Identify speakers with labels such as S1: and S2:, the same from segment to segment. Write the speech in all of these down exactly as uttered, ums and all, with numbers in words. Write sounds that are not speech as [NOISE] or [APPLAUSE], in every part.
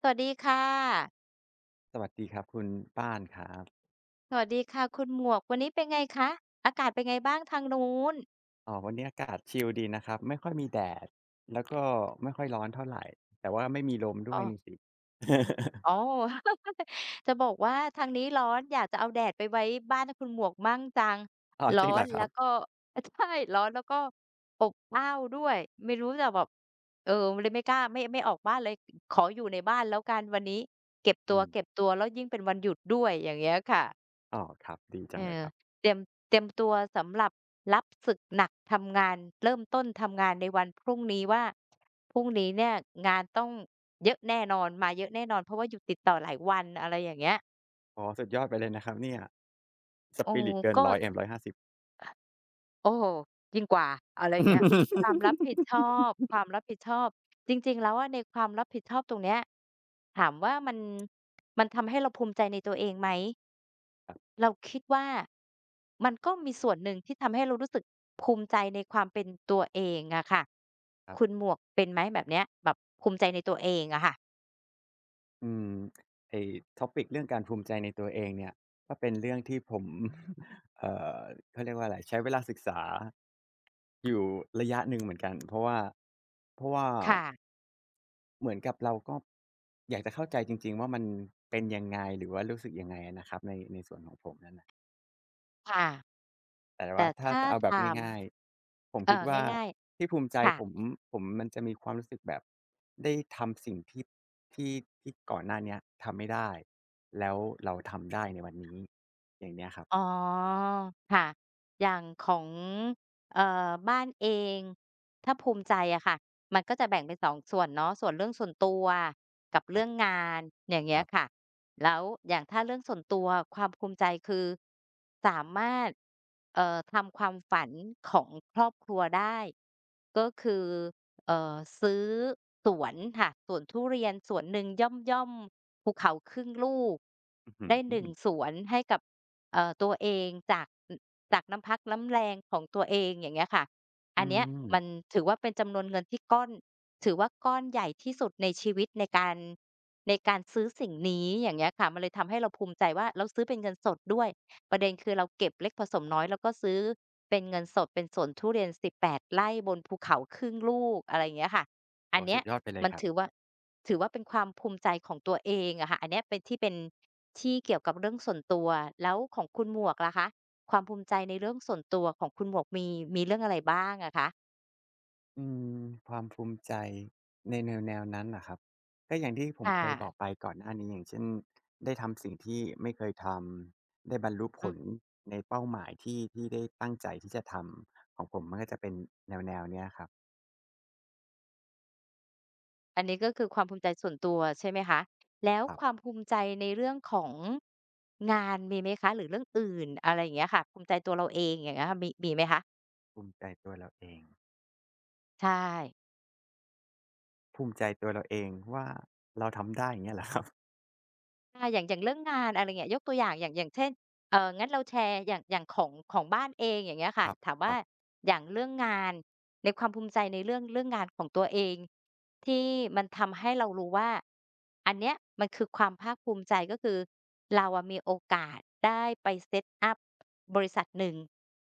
S1: สวัสดีค่ะ
S2: สวัสดีครับคุณบ้านครับ
S1: สวัสดีค่ะคุณหมวกวันนี้เป็นไงคะอากาศเป็นไงบ้างทางนู้น
S2: อ๋อวันนี้อากาศชิลดีนะครับไม่ค่อยมีแดดแล้วก็ไม่ค่อยร้อนเท่าไหร่แต่ว่าไม่มีลมด้
S1: อ๋อ
S2: วยนี่สิ [LAUGHS]
S1: อ๋อ [LAUGHS] จะบอกว่าทางนี้ร้อนอยากจะเอาแดดไปไว้บ้านคุณหมวกมั่งจัง
S2: อ๋อ
S1: ร้
S2: จ
S1: อ
S2: ริงเหร
S1: น
S2: อค
S1: แล้
S2: รั
S1: ว
S2: บ
S1: ก็ [LAUGHS] อาใช่ร้อนแล้วก็อบอ้าวด้วยไม่รู้จะแบบเออเลยไม่กล้าไม่ไม่ออกบ้านเลยขออยู่ในบ้านแล้วกันวันนี้เก็บต
S2: อืม
S1: ัวๆแล้วยิ่งเป็นวันหยุดด้วยอย่างเงี้ยค่ะ
S2: อ๋อครับดี
S1: เอ
S2: จังเลย
S1: อ
S2: ครับ
S1: เตรียมเตรียมตัวสำหรับรับศึกหนักทำงานเริ่มต้นทำงานในวันพรุ่งนี้ว่าพรุ่งนี้เนี่ยงานต้องเยอะแน่นอนมาเยอะแน่นอนเพราะว่าอยู่ติดต่อหลายวันอะไรอย่างเงี้ย
S2: อ๋อสุดยอดไปเลยนะครับเนี่ยส
S1: โอ้
S2: ปิริตเกิน
S1: ก็
S2: หนึ่งร้อย หนึ่งร้อยห้าสิบ
S1: โอ้โฮยิ่งกว่าอะไรอย่างเงี้ยความรับผิดชอบความรับผิดชอบจริงๆแล้วอะในความรับผิดชอบตรงเนี้ยถามว่ามันมันทำให้เราภูมิใจในตัวเองไหม เราคิดว่ามันก็มีส่วนหนึ่งที่ทำให้เรารู้สึกภูมิใจในความเป็นตัวเองอะค่ะ
S2: [LAUGHS] ครับ
S1: คุณหมวกเป็นไหมแบบเนี้ยแบบภูมิใจในตัวเองอะค่ะ
S2: อืมไอ้็อปิกเรื่องการภูมิใจในตัวเองเนี่ยก็เป็นเรื่องที่ผม [LAUGHS] เอ่อเขาเรียกว่าอะไรใช้เวลาศึกษาอยู่ระยะหนึ่งเหมือนกันเพราะว่าเพราะว่า
S1: ค่ะ
S2: เหมือนกับเราก็อยากจะเข้าใจจริงๆว่ามันเป็นยังไงหรือว่ารู้สึกยังไงอะนะครับในในส่วนของผมนั้นน่ะ
S1: ค่ะ
S2: แต่ว่า
S1: แต่
S2: ถ้า
S1: ถ้า
S2: จะเอา
S1: ถ
S2: แบบ
S1: าม
S2: ง่ายๆผม
S1: เอ่
S2: คิด
S1: อ
S2: ว่า
S1: ง่าย
S2: ที่ภูมิใจ
S1: ๆค่ะ
S2: ผมผมมันจะมีความรู้สึกแบบได้ทำสิ่งที่ที่ที่ก่อนหน้าเนี้ยทำไม่ได้แล้วเราทำได้ในวันนี้อย่างเนี้ยครับ
S1: อ๋อค่ะอย่างของเอ่อบ้านเองถ้าภูมิใจอะค่ะมันก็จะแบ่งเป็นสองส่วนเนาะส่วนเรื่องส่วนตัวกับเรื่อง
S2: ค
S1: งานอย่างเงี้ย
S2: รับๆ
S1: ค่ะแล้วอย่างถ้าเรื่องส่วนตัวความภูมิใจคือสามารถเอ่อทำความฝันของครอบครัวได้ก็คือเอ่อซื้อสวนค่ะสวนทุเรียนสวนหนึ่งย่อมๆภูเขาครึ่งลูก
S2: อื้อฮือ
S1: ได้หนึ่งสวนให้กับ เอ่อตัวเองจากอจากน้ำพักน้ำแรงของตัวเองอย่างเงี้ยค่ะอั
S2: อื
S1: นเนี้ย
S2: ม
S1: มันถือว่าเป็นจำนวนเงินที่ก้อนถือว่าก้อนใหญ่ที่สุดในชีวิตในการในการซื้อสิ่งนี้อย่างเงี้ยค่ะมันเลยทำให้เราภูมิใจว่าเราซื้อเป็นเงินสดด้วยประเด็นคือเราเก็บเล็กผสมน้อยแล้วก็ซื้อเป็นเงินสดเป็นสวนทุเรียนสิบแปดไร่บนภูเขาครึ่งลูกอะไรอย่างเงี้ยค่ะอั
S2: โอ้
S1: น
S2: โฮ
S1: เนี้
S2: สุ
S1: ย
S2: ดยอดไปเลย
S1: มัน
S2: ครับ
S1: ถือว่าถือว่าเป็นความภูมิใจของตัวเองอะค่ะอันเนี้ยเป็นที่เป็น ที่เกี่ยวกับเรื่องส่วนตัวแล้วของคุณหมวกล่ะคะความภูมิใจในเรื่องส่วนตัวของคุณหมวกมีมีเรื่องอะไรบ้างอะคะ
S2: อืมความภูมิใจในแนวแนวนั้นนะครับก็อย่างที่ผม
S1: ค่ะ
S2: เคยบอกไปก่อนหน้านี้อย่างเช่นได้ทำสิ่งที่ไม่เคยทำได้บรรลุผ
S1: อื
S2: ล
S1: ม
S2: ในเป้าหมายที่ที่ได้ตั้งใจที่จะทำของผมมันก็จะเป็นแนวๆเนี้ยครับ
S1: อันนี้ก็คือความภูมิใจส่วนตัวใช่ไหมคะแล้ว
S2: ครับ
S1: ความภูมิใจในเรื่องของงานมีไหมคะหรือเรื่องอื่นอะไรอย่างเงี้ยค่ะภูมิใจตัวเราเองอย่างเงี้ยค่ะมีมีไหมคะ
S2: ภูมิใจตัวเราเอง
S1: ใช่
S2: ภูมิใจตัวเราเองว่าเราทำได้อย่างเงี้ยเหรอครับ [LAUGHS]
S1: อาอย่างอย่างเรื่องงานอะไรเงี้ยยกตัวอย่างอย่างอย่างเช่นเอ่องั้นเราแชร์อย่างอย่างของของบ้านเองอย่างเงี้ย
S2: ค
S1: ค่ะ
S2: รับ
S1: ถาม
S2: ค
S1: ว่า
S2: รับ
S1: อย่างเรื่องงานในความภูมิใจในเรื่องเรื่องงานของตัวเองที่มันทำให้เรารู้ว่าอันเนี้ยมันคือความภาคภูมิใจก็คือเราอะมีโอกาสได้ไป set up บริษัทหนึ่ง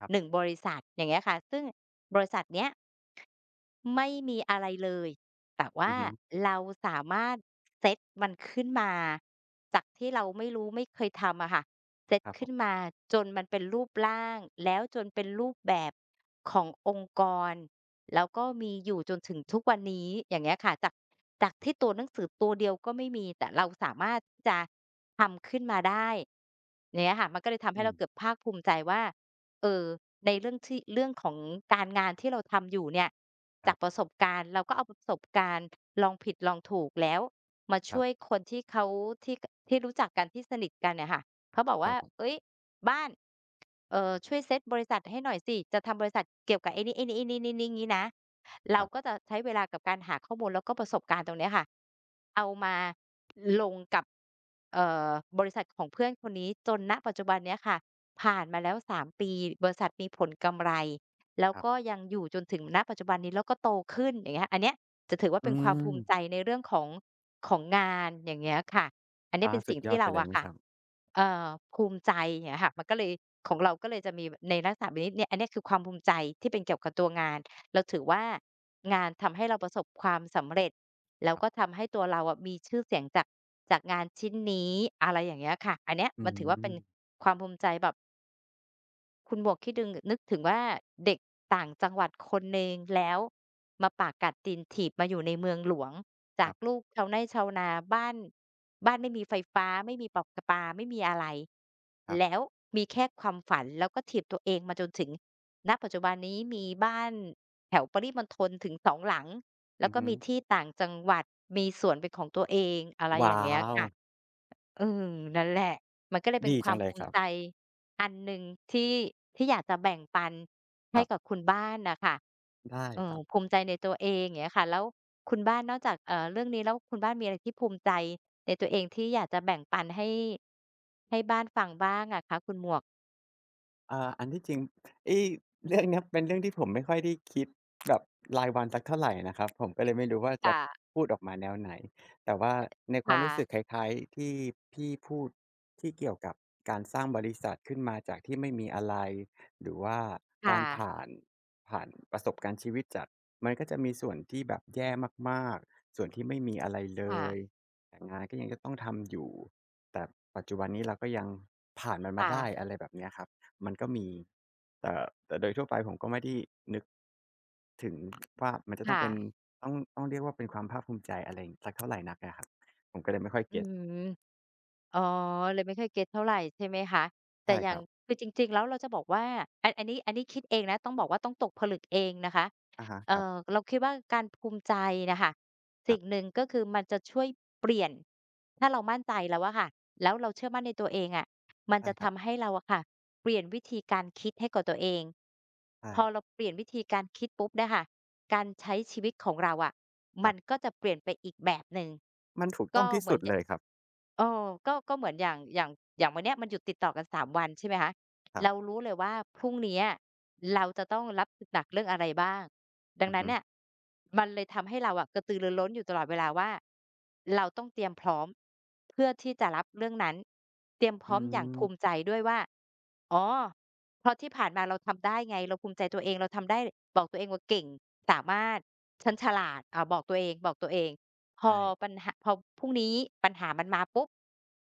S2: ครั
S1: หนึ่
S2: บ
S1: งบริษัทอย่างเงี้ยค่ะซึ่งบริษัทเนี้ยไม่มีอะไรเลย แต่ว่า
S2: อือฮึ
S1: เราสามารถเซตมันขึ้นมาจากที่เราไม่รู้ไม่เคยทำอะค่ะเซต
S2: ครับผ
S1: ขึ้น
S2: ม
S1: มาจนมันเป็นรูปร่างแล้วจนเป็นรูปแบบขององค์กรแล้วก็มีอยู่จนถึงทุกวันนี้อย่างเงี้ยค่ะจากจากที่ตัวหนังสือตัวเดียวก็ไม่มีแต่เราสามารถที่จะทำขึ้นมาได้อย่างเงี้ยค่ะมันก็เลยทำให้
S2: อืม
S1: เราเกิดภาคภูมิใจว่า เออในเรื่องที่เรื่องของการงานที่เราทำอยู่เนี่ย
S2: ค
S1: จา
S2: รั
S1: ก
S2: บ
S1: ประสบการณ์เราก็เอาประสบการณ์ลองผิดลองถูกแล้วมา
S2: ค
S1: ช่
S2: รั
S1: วย
S2: บ
S1: คนที่เขาที่ที่รู้จักกันที่สนิทกันเนี่ยค่ะเขาบอก
S2: ครั
S1: ว่า
S2: บผม
S1: เฮ้ยบ้านเอ่อช่วยเซตบริษัทให้หน่อยสิจะทำบริษัทเกี่ยวกับไอ้นี้ๆๆๆๆงี้นะ
S2: ค
S1: เรา
S2: รั
S1: ก็
S2: บ
S1: จะใช้เวลากับการหาข้อมูลแล้วก็ประสบการณ์ตรงเนี้ยค่ะเอามาลงกับเอ่อบริษัทของเพื่อนคนนี้จนณปัจจุบันเนี้ยค่ะ ผ่านมาแล้วสามปีบริษัทมีผลกำไรแล้ว
S2: ครั
S1: ก็
S2: บ
S1: ยังอยู่จนถึงณปัจจุบันนี้แล้วก็โตขึ้นอย่างเงี้ยอันเนี้ยจะถือว่า
S2: อื
S1: เป็นความภู
S2: ม
S1: มิใจในเรื่องของของงานอย่างเงี้ยค่ะอันนี้
S2: อา
S1: เป็น
S2: สุ
S1: สิ่ง
S2: ดยอ
S1: ที่
S2: ดไป
S1: เรา
S2: เลย
S1: อะ
S2: นะ
S1: ค่ะ
S2: ครับ
S1: เอ่อภูมิใจอย่างเงี้ยค่ะมันก็เลยของเราก็เลยจะมีในลักษณะแบบนี้เนี่ยอันเนี้ยคือความภูมิใจที่เป็นเกี่ยวกับตัวงานเราถือว่างานทำให้เราประสบความสำเร็จแล้วก็ทำให้ตัวเราอะมีชื่อเสียงจากจากงานชิ้นนี้อะไรอย่างเงี้ยค่ะอันเนี้ย
S2: อื
S1: มันถือว่าเป็น
S2: ม
S1: ความภูมิใจแบบ คุณหมวกขี้ดึงนึกถึงว่าเด็กต่างจังหวัดคนหนึ่งแล้วมาปากกัดตีนถีบมาอยู่ในเมืองหลวง
S2: ค
S1: จา
S2: รั
S1: กลู
S2: บ
S1: กชาวไร่ชาวนาบ้านบ้านไม่มีไฟฟ้าไม่มีปอกประปาไม่มีอะไร
S2: ครั
S1: แล้ว
S2: บ
S1: มีแค่ความฝันแล้วก็ถีบตัวเองมาจนถึงณปัจจุบันนี้มีบ้านแถวปริมณฑลถึงสองหลังแล้
S2: อื
S1: ว
S2: อ
S1: ก็
S2: ฮึ
S1: มีที่ต่างจังหวัดมีสวนเป็นของตัวเองอะไรอ
S2: ว้า
S1: ย่างเงี้ย
S2: ว
S1: ค่ะ เออนั่นแหละมันก็เลยเป็น
S2: ดี
S1: ควา
S2: จั
S1: ม
S2: งเล
S1: ภู
S2: ยค
S1: มิ
S2: รับ
S1: ใจอันหนึ่งที่ที่อยากจะแบ่งปัน
S2: ค
S1: ให้
S2: รับ
S1: กับคุณบ้านน่ะค่ะ
S2: ได้
S1: เอ
S2: ค
S1: อ
S2: รับ
S1: ภูมิใจในตัวเองอย่างเงี้ยค่ะแล้วคุณบ้านนอกจากเอ่อเรื่องนี้แล้วคุณบ้านมีอะไรที่ภูมิใจในตัวเองที่อยากจะแบ่งปันให้ให้บ้านฟังบ้างอะคะคุณหมวก
S2: อ่าอันที่จริงไอ้เรื่องเนี้ยเป็นเรื่องที่ผมไม่ค่อยได้คิดแบบรายวันสักเท่าไรนะครับผมก็เลยไม่รู้ว่าจะ
S1: ค่ะ
S2: พูดออกมาแนวไหนแต่ว่าในความ
S1: ค่ะ
S2: รู้สึกคล้ายๆที่พี่พูดที่เกี่ยวกับการสร้างบริษัทขึ้นมาจากที่ไม่มีอะไรหรือว่ากา
S1: ค่ะ
S2: รผ่านผ่านประสบการณ์ชีวิตจัดมันก็จะมีส่วนที่แบบแย่มากๆส่วนที่ไม่มีอะไรเล
S1: ค่ะ
S2: ยแต่งานก็ยังจะต้องทำอยู่แต่ปัจจุบันนี้เราก็ยังผ่านมันมา
S1: ค่ะ
S2: ได้อะไรแบบเนี้ยครับ มันก็มีแต่แต่โดยทั่วไปผมก็ไม่ได้นึกถึงว่ามันจะต้อง
S1: ค่ะ
S2: เป็นต้องต้องเรียกว่าเป็นความภาคภูมิใจอะไรสักเท่าไรนักอะครับผมก็เลยไม่ค่อย
S1: อื
S2: เก็ต
S1: ม อ๋อเลยไม่ค่อยเก็ตเท่าไรใช่ไหมคะแต่
S2: ใช่
S1: อ
S2: ค
S1: ย่าง
S2: รับ
S1: คือจริงๆแล้วเราจะบอกว่าอันอันนี้อันนี้คิดเองนะต้องบอกว่าต้องตกผลึกเองนะคะ
S2: อะฮะ
S1: เอ่อ
S2: คร
S1: เราคิดว่าการภูมิใจน่ะค่ะ
S2: ั
S1: สิ่ง
S2: บ
S1: ห
S2: ๆ
S1: นึ่งก็คือมันจะช่วยเปลี่ยนถ้าเรามั่นใจแล้วอะค่ะแล้วเราเชื่อมั่นในตัวเองอะมัน
S2: ใช่
S1: จะ
S2: ครับ
S1: ทำให้เราอะค่ะเปลี่ยนวิธีการคิดให้กับตัวเอง
S2: ใช่
S1: พอเราเปลี่ยนวิธีการคิดปุ๊บเนี่ยค่ะการใช้ชีวิตของเราอะ
S2: ค
S1: มั
S2: รั
S1: นก็
S2: บ
S1: จะเปลี่ยนไปอีกแบบหนึ่ง
S2: มันถูกต้อ
S1: ก็
S2: งที่
S1: เหมื
S2: สุ
S1: อน
S2: ด
S1: จะ
S2: เลยครับ
S1: เออก็ก็เหมือนอย่างอย่างอย่างวันเนี้ยมันหยุดติดต่อกันสามวันใช่ไหมคะ
S2: ครับ
S1: เรารู้เลยว่าพรุ่งเนี้ยเราจะต้องรับหนักเรื่องอะไรบ้างดัง
S2: อือ
S1: นั้น
S2: ฮึ
S1: เนี่ยมันเลยทำให้เราอะกระตือรือร้นอยู่ตลอดเวลาว่าเราต้องเตรียมพร้อมเพื่อที่จะรับเรื่องนั้นเตรียมพ
S2: อื
S1: ร้อมอย่างภูมิใจ
S2: ม
S1: ด้วยว่าอ๋อเพราะที่ผ่านมาเราทำได้ไงเราภูมิใจตัวเองเราทำได้บอกตัวเองว่าเก่งสามารถฉันฉลาดอ่าบอกตัวเองบอกตัวเอง พอ
S2: ใช่
S1: ปัญหาพอพรุ่งนี้ปัญหามันมาปุ๊บ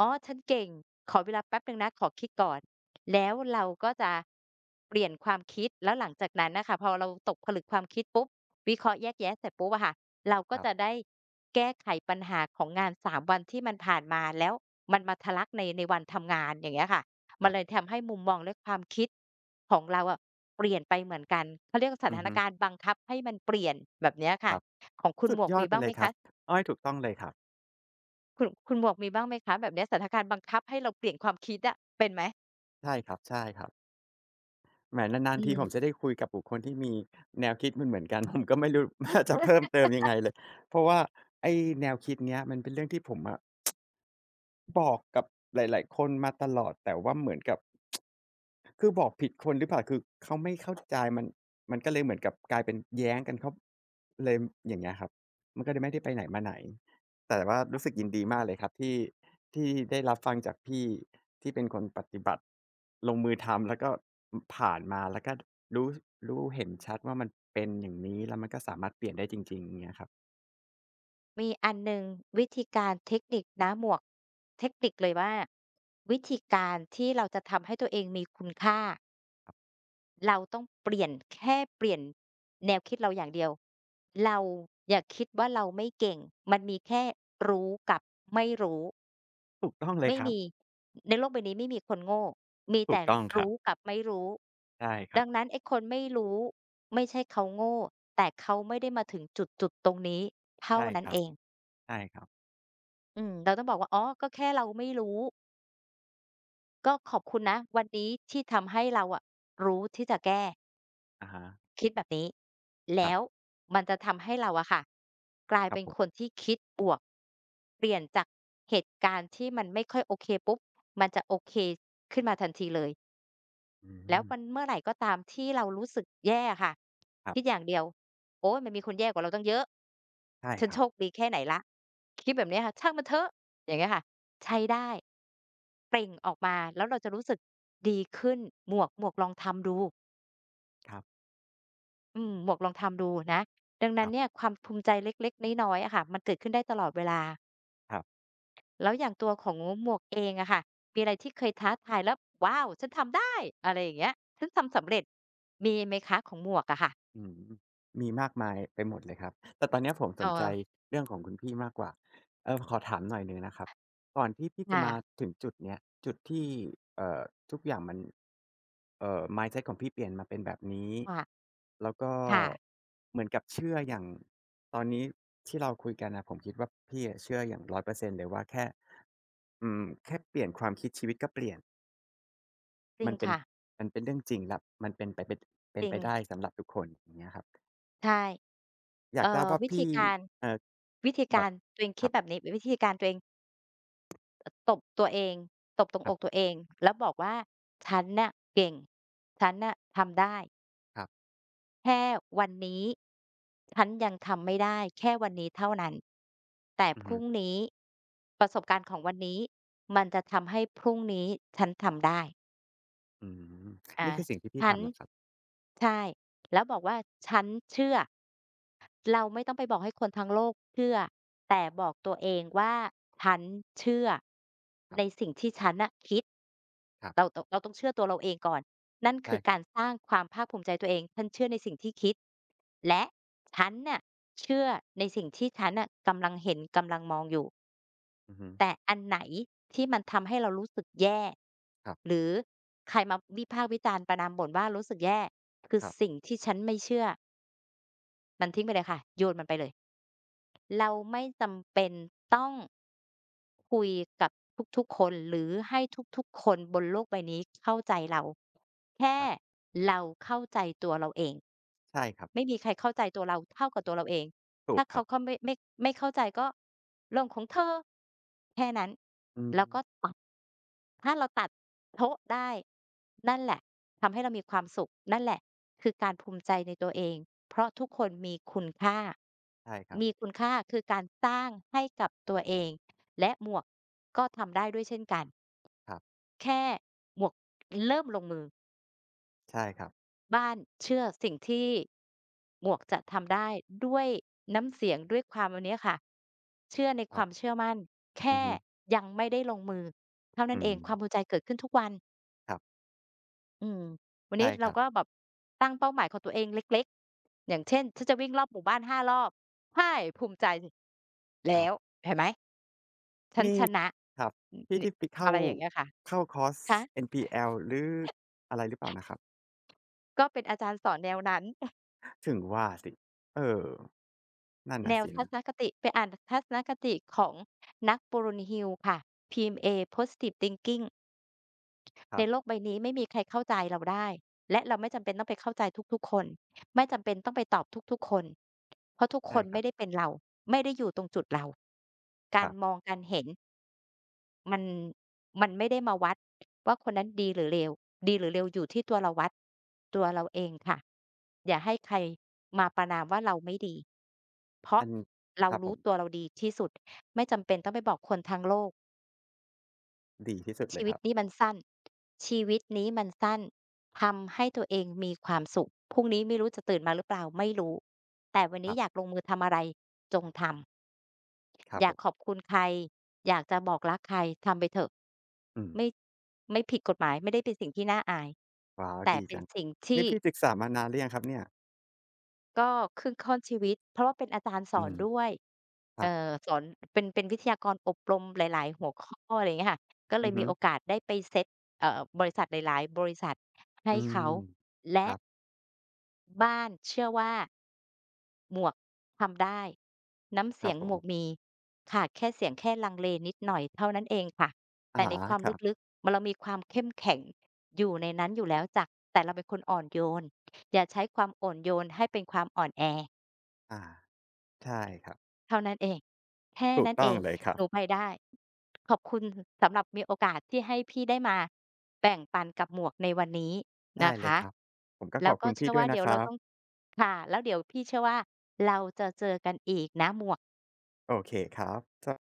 S1: อ๋อฉันเก่งขอเวลาแป๊บหนึ่งนะขอคิดก่อนแล้วเราก็จะเปลี่ยนความคิดแล้วหลังจากนั้นน่ะค่ะพอเราตกผลึกความคิดปุ๊บวิเคราะห์แยกแยะเสร็จปุ๊บอะค่ะเราก็
S2: ครั
S1: จะ
S2: บ
S1: ได้แก้ไขปัญหาของงานสามวันที่มันผ่านมาแล้วมันมาทะลักในในวันทำงานอย่างเงี้ยค่ะมั
S2: ๆ
S1: นเลยทำให้มุมมองและความคิดของเราอะเปลี่ยนไปเหมือนกันเขาเรียกว่าส
S2: อือ
S1: ถาน
S2: ฮึ
S1: การณ์บังคับให้มันเปลี่ยนแบบเนี้ย
S2: ค
S1: ค่ะ
S2: รับ
S1: ของคุณ
S2: สุ
S1: หม
S2: ด
S1: วก
S2: ยอ
S1: มี
S2: ดไป
S1: บ้าง
S2: เล
S1: ไหม
S2: ยครั
S1: คะ
S2: บอ้อยถูกต้องเลยครับ
S1: คุณคุณหมวกมีบ้างไหมคะแบบเนี้ยสถานการณ์บังคับให้เราเปลี่ยนความคิดอะเป็นไหม
S2: ใช่ครับๆ แหมนาน
S1: อื
S2: ๆทีผมจะได้
S1: ม
S2: คุยกับบุคคลที่มีแนวคิดเหมือนๆกัน [LAUGHS] ผมก็ไม่รู้ [LAUGHS] ว่าจะเพิ่มเติมยังไงเลยเพราะว่าไอ้แนวคิดเนี้ยมันเป็นเรื่องที่ผมอะบอกกับหลายๆคนมาตลอดแต่ว่าเหมือนกับ คือบอกผิดคนหรือเปล่าคือเขาไม่เข้าใจมันมันก็เลยเหมือนกับกลายเป็นแย้งกันเข้าเลยอย่างเงี้ยครับมันก็เลยไม่ได้ไปไหนมาไหนแต่ว่ารู้สึกยินดีมากเลยครับที่ที่ได้รับฟังจากพี่ที่เป็นคนปฏิบัติลงมือทำแล้วก็อผ่านมาแล้วก็รู้รู้เห็นชัดว่ามันเป็นอย่างนี้แล้วมันก็สามารถเปลี่ยนได้จริงๆอย่างเงี้ยครับ
S1: มีอันหนึ่งวิธีการเทคนิคนะหมวกเทคนิคเลยว่าวิธีการที่เราจะทำให้ตัวเองมีคุณค่า เราต้องเปลี่ยนแค่เปลี่ยนแนวคิดเราอย่างเดียวเราอย่าคิดว่าเราไม่เก่งมันมีแค่รู้กับไม่รู้
S2: ถูกต้องเลย
S1: ไม่
S2: ครับ
S1: มีในโลกใบนี้ไม่มีคนโง่มี
S2: ถู
S1: แต่
S2: กต้องครับ
S1: รู้กับไม่รู้
S2: ใช่ครั
S1: ดั
S2: บ
S1: งนั้นไอ้คนไม่รู้ไม่ใช่เขาโง่แต่เขาไม่ได้มาถึงจุดจุดตรงนี้เท่า
S2: ใช่
S1: นั้
S2: ค
S1: น
S2: รั
S1: เอ
S2: บ
S1: ง
S2: ใช่ครับ
S1: อืมเราต้องบอกว่าอ๋อก็แค่เราไม่รู้ก็ขอบคุณนะวันนี้ที่ทำให้เราอะรู้ที่จะแก้
S2: อะฮะ
S1: คิดแบบนี้
S2: ครั
S1: แล้ว
S2: บ
S1: มันจะทำให้เราอะค่ะกลาย
S2: ครับ
S1: เป็น
S2: ผ
S1: คน
S2: ม
S1: ที่คิดบวกเปลี่ยนจากเหตุการณ์ที่มันไม่ค่อยโอเคปุ๊บมันจะโอเคขึ้นมาทันทีเลย
S2: อื
S1: แล้ว
S2: ม
S1: มันเมื่อไหรก็ตามที่เรารู้สึกแย่อะค่ะ
S2: ครับ
S1: คิดอย่างเดียวโอ๊ยมันมีคนแย่กว่าเราตั้งเยอะ
S2: ใช่
S1: ฉั
S2: ค
S1: น
S2: รั
S1: โช
S2: บ
S1: คดีแค่ไหนละคิดแบบเนี้ยค่ะช่างมันเถอะอย่างเงี้ยค่ะใช้ได้เปล่งออกมาแล้วเราจะรู้สึกดีขึ้นหมวกหมวกลองทำดู
S2: ครับ
S1: อืมหมวกลองทำดูนะดัง
S2: ค
S1: นั้น
S2: รั
S1: เนี่ย
S2: บ
S1: ความภูมิใจเล็กๆน้อยๆอะค่ะมันเกิดขึ้นได้ตลอดเวลา
S2: ครับ
S1: แล้วอย่างตัวของหมวกเองอะค่ะมีอะไรที่เคยท้าทายแล้วว้าวฉันทำได้อะไรอย่างเงี้ยฉันทำสำเร็จมีไหมคะของหมวกอะค่ะ
S2: อืมมีมากมายไปหมดเลยครับแต่ตอนเนี้ยผมส
S1: เอ
S2: นใจ
S1: อ
S2: เรื่องของคุณพี่มากกว่าเอ่อขอถามหน่อยหนึ่งนะครับก่อนที่พี่จะมา
S1: ค่ะ
S2: ถึงจุดเนี้ยจุดที่เอ่อทุกอย่างมันเอ่อ mindset ของพี่เปลี่ยนมาเป็นแบบนี้
S1: ค่ะ
S2: แล้วก็
S1: ค่ะ
S2: เหมือนกับเชื่ออย่างตอนนี้ที่เราคุยกันน่ะผมคิดว่าพี่อะเชื่ออย่างหนึ่งร้อยเปอร์เซ็นต์เลยว่าแค่อืมแค่เปลี่ยนความคิดชีวิตก็เปลี่ยน
S1: จริ
S2: มั
S1: ง
S2: นเป็น
S1: ค่ะ
S2: มันเป็นเรื่องจริงแล้วมันเป็นไปเป็นเป็
S1: จ
S2: น
S1: ริ
S2: ไป
S1: ง
S2: ได้สำหรับทุกคนอย่างเงี้ยครับ
S1: ใช่
S2: อยา
S1: เอ่อ
S2: กทราบว่า
S1: วิธี
S2: พี่
S1: การ
S2: เอ่อ
S1: วิธีกา
S2: แบบ
S1: รตัวเอง
S2: ค
S1: คิด
S2: รับ
S1: แบบนี้วิธีการตัวเองตตบตัวเองตบตรง
S2: ค
S1: อ
S2: รั
S1: กตัว
S2: บ
S1: เองแล้วบอกว่าฉันน่ะเก่งฉันน่ะทำได้
S2: ครับ
S1: แค่วันนี้ฉันยังทำไม่ได้แค่วันนี้เท่านั้นแต่
S2: อือ
S1: พ
S2: ฮึ
S1: รุ่งนี้ประสบการณ์ของวันนี้มันจะทำให้พรุ่งนี้ฉันทำได้
S2: อืม
S1: อา
S2: นี่คือสิ่งที่พี่
S1: ฉัน
S2: ทำเหรอครับ
S1: ใช่แล้วบอกว่าฉันเชื่อเราไม่ต้องไปบอกให้คนทั้งโลกเชื่อแต่บอกตัวเองว่าฉันเชื่อ
S2: ครั
S1: ใน
S2: บ
S1: สิ่งที่ฉันน่ะคิด
S2: ครั
S1: เรา
S2: บ
S1: ตเราต้องเชื่อตัวเราเองก่อนนั่น
S2: ใช่
S1: คือ
S2: ค
S1: กา
S2: รั
S1: ร
S2: บ
S1: สร้างความภาคภูมิใจตัวเองฉันเชื่อในสิ่งที่คิดและฉันน่ะเชื่อในสิ่งที่ฉันน่ะกำลังเห็นกำลังมองอยู่
S2: อือฮึ
S1: แต่อันไหนที่มันทำให้เรารู้สึกแย่
S2: ครั
S1: ห
S2: บ
S1: รือใครมาวิพากษ์วิจารณ์ประณามบ่นว่ารู้สึกแย่คือ
S2: ครั
S1: สิ่ง
S2: บ
S1: ที่ฉันไม่เชื่อมันทิ้งไปเลยค่ะโยนมันไปเลย เราไม่จำเป็นต้องคุยกับทุกๆคนหรือให้ทุกๆคนบนโลกใบนี้เข้าใจเราแค่
S2: ครับ
S1: เราเข้าใจตัวเราเอง
S2: ใช่ครับ
S1: ไม่มีใครเข้าใจตัวเราเท่ากับตัวเราเอง
S2: ถู
S1: ถ้า
S2: กค
S1: เขา
S2: รับ
S1: เข้าไม่ไม่ไม่เข้าใจก็เรื่องของเธอแค่นั้น
S2: อื
S1: แล้วก็
S2: ม
S1: ตัด ถ้าเราตัดโต๊ะได้นั่นแหละทำให้เรามีความสุขนั่นแหละคือการภูมิใจในตัวเองเพราะทุกคนมีคุณค่า
S2: ใช่ครับ
S1: มีคุณค่าคือการสร้างให้กับตัวเองและหมวกก็ทำได้ด้วยเช่นกัน
S2: ครับ
S1: แค่หมวกเริ่มลงมือ
S2: ใช่ครับ
S1: บ้านเชื่อสิ่งที่หมวกจะทำได้ด้วยน้ำเสียงด้วยความอันเนี้ยค่ะเชื่อใน
S2: ค
S1: ค
S2: รั
S1: วาม
S2: บ
S1: เชื่อมั่น
S2: อื
S1: แค่
S2: อฮึ
S1: ยังไม่ได้ลงมือเท่านั้น
S2: อื
S1: เอ
S2: ม
S1: งความภูมิใจเกิดขึ้นทุกวัน
S2: ครับ
S1: อืมวันนี้
S2: ใช่ค
S1: เรา
S2: รับ
S1: ก็แบบตั้งเป้าหมายของตัวเองเล็กๆ อย่างเช่นฉันจะวิ่งรอบหมู่บ้านห้ารอบใช่ภูมิใจ
S2: ค
S1: แล้
S2: รั
S1: ว
S2: บ
S1: เห็นไหมฉัน
S2: นี่
S1: ชนะ
S2: ครับ
S1: อ
S2: พี่
S1: นิ
S2: ได้ไป
S1: อะ
S2: เข้า
S1: ไรอย่างเงี้ยค่ะ
S2: เข้าคอร์ส
S1: คะ
S2: เอ็น พี แอล หรืออะไรหรือเปล่านะครับ
S1: ก็เป็นอาจารย์สอนแนวนั้น [LAUGHS]
S2: ถึงว่าสิเออนั่น
S1: แน
S2: น่ะ
S1: ว
S2: สิ
S1: ทั
S2: นะ
S1: ศนคติไปอ่านทัศนคติของนักปร r o n o i Hill ค่ะ พี เอ็ม เอ Positive Thinking
S2: ค
S1: ใน
S2: รั
S1: โลก
S2: บ
S1: ใบนี้ไม่มีใครเข้าใจเราได้และเราไม่จำเป็นต้องไปเข้าใจทุกๆคนไม่จำเป็นต้องไปตอบทุกๆคนเพราะทุกค
S2: ใช่
S1: น
S2: ครั
S1: ไม่
S2: บ
S1: ได้เป็นเราไม่ได้อยู่ตรงจุดเรากา
S2: ค
S1: ร
S2: รั
S1: มอ
S2: บ
S1: งการเห็นมันมันไม่ได้มาวัดว่าคนนั้นดีหรือเลวดีหรือเลวอยู่ที่ตัวเราวัดตัวเราเองค่ะอย่าให้ใครมาประณามว่าเราไม่ดีเพราะ
S2: อัน
S1: เรา
S2: ครับผ
S1: รู้
S2: ม
S1: ตัวเราดีที่สุดไม่จำเป็นต้องไปบอกคนทั้งโลก
S2: ดีที่สุดเล
S1: ชี
S2: ยค
S1: วิต
S2: รับ
S1: นี้มันสั้นชีวิตนี้มันสั้น ทำให้ตัวเองมีความสุข พรุ่งนี้ไม่รู้จะตื่นมาหรือเปล่า ไม่รู้ แต่วัน
S2: ค
S1: นี้
S2: รั
S1: อยาก
S2: บ
S1: ลงมือทำอะไร จงท
S2: ครั
S1: ำ
S2: บ
S1: อยา
S2: ผ
S1: กขอ
S2: ม
S1: บคุณใคร อยากจะบอกรักใครทำไปเถอะ
S2: อืม
S1: ไม่ไม่ผิดกฎหมาย ไม่ได้เป็นสิ่งที่น่าอาย
S2: ว้าว
S1: แต่
S2: ดี
S1: เป็น
S2: จัง
S1: สิ่งที่
S2: นี่พี่ศึกษามานานหรือยังครับเนี่ย
S1: ก็ครึ่งค่อนชีวิตเพราะว่าเป็นอาจารย์ส
S2: อื
S1: อน
S2: ม
S1: ด้วย
S2: ครั
S1: เอ่อ
S2: บ
S1: สอนเป็นเป็นวิทยากรอบรมหลายๆหัวข้ออะไรอย่างเงี้ยค่ะก็เล
S2: อื
S1: ย
S2: อ
S1: มี
S2: ฮึ
S1: โอกาสได้ไปเซตเอ่อบริษัทหลายๆบริษัท
S2: อื
S1: ให้
S2: ม
S1: เขา
S2: ค
S1: และ
S2: รับ
S1: บ้านเชื่อว่าหมวกทำได้น้ำ
S2: ค
S1: เสี
S2: รั
S1: ย
S2: บ
S1: ง
S2: ผ
S1: หมวก
S2: ม
S1: มีขาดแค่เสียงแค่ลังเลนิดหน่อยเท่านั้นเองค่ะ
S2: อะ
S1: แต่ใน
S2: ฮะ
S1: ความ
S2: ครั
S1: ลึ
S2: บ
S1: กๆมันเรามีความเข้มแข็งอยู่ในนั้นอยู่แล้วจากแต่เราเป็นคนอ่อนโยนอย่าใช้ความอ่อนโยนให้เป็นความอ่อนแอ
S2: อาใช่ครับ
S1: เท่านั้นเองแค่
S2: ถูก
S1: นั้นเอ
S2: ต้อง
S1: ง
S2: เลยครั
S1: ห
S2: บ
S1: นูไปได้ขอบคุณสำหรับมีโอกาสที่ให้พี่ได้มาแบ่งปันกับหมวกในวันนี้
S2: ได้
S1: นะ
S2: เลย
S1: คะ
S2: ครับ ผมก็ข
S1: แล้
S2: อ
S1: ว
S2: บ
S1: ก็
S2: คุณพี่
S1: เชื่อ
S2: ด้ว
S1: ว่า
S2: ยนะ
S1: เดี๋ยว
S2: ค
S1: เรา
S2: รับ
S1: ต้องค่ะแล้วเดี๋ยวพี่เชื่อว่าเราจะเจอกันอีกนะหมวก
S2: โอเคครับส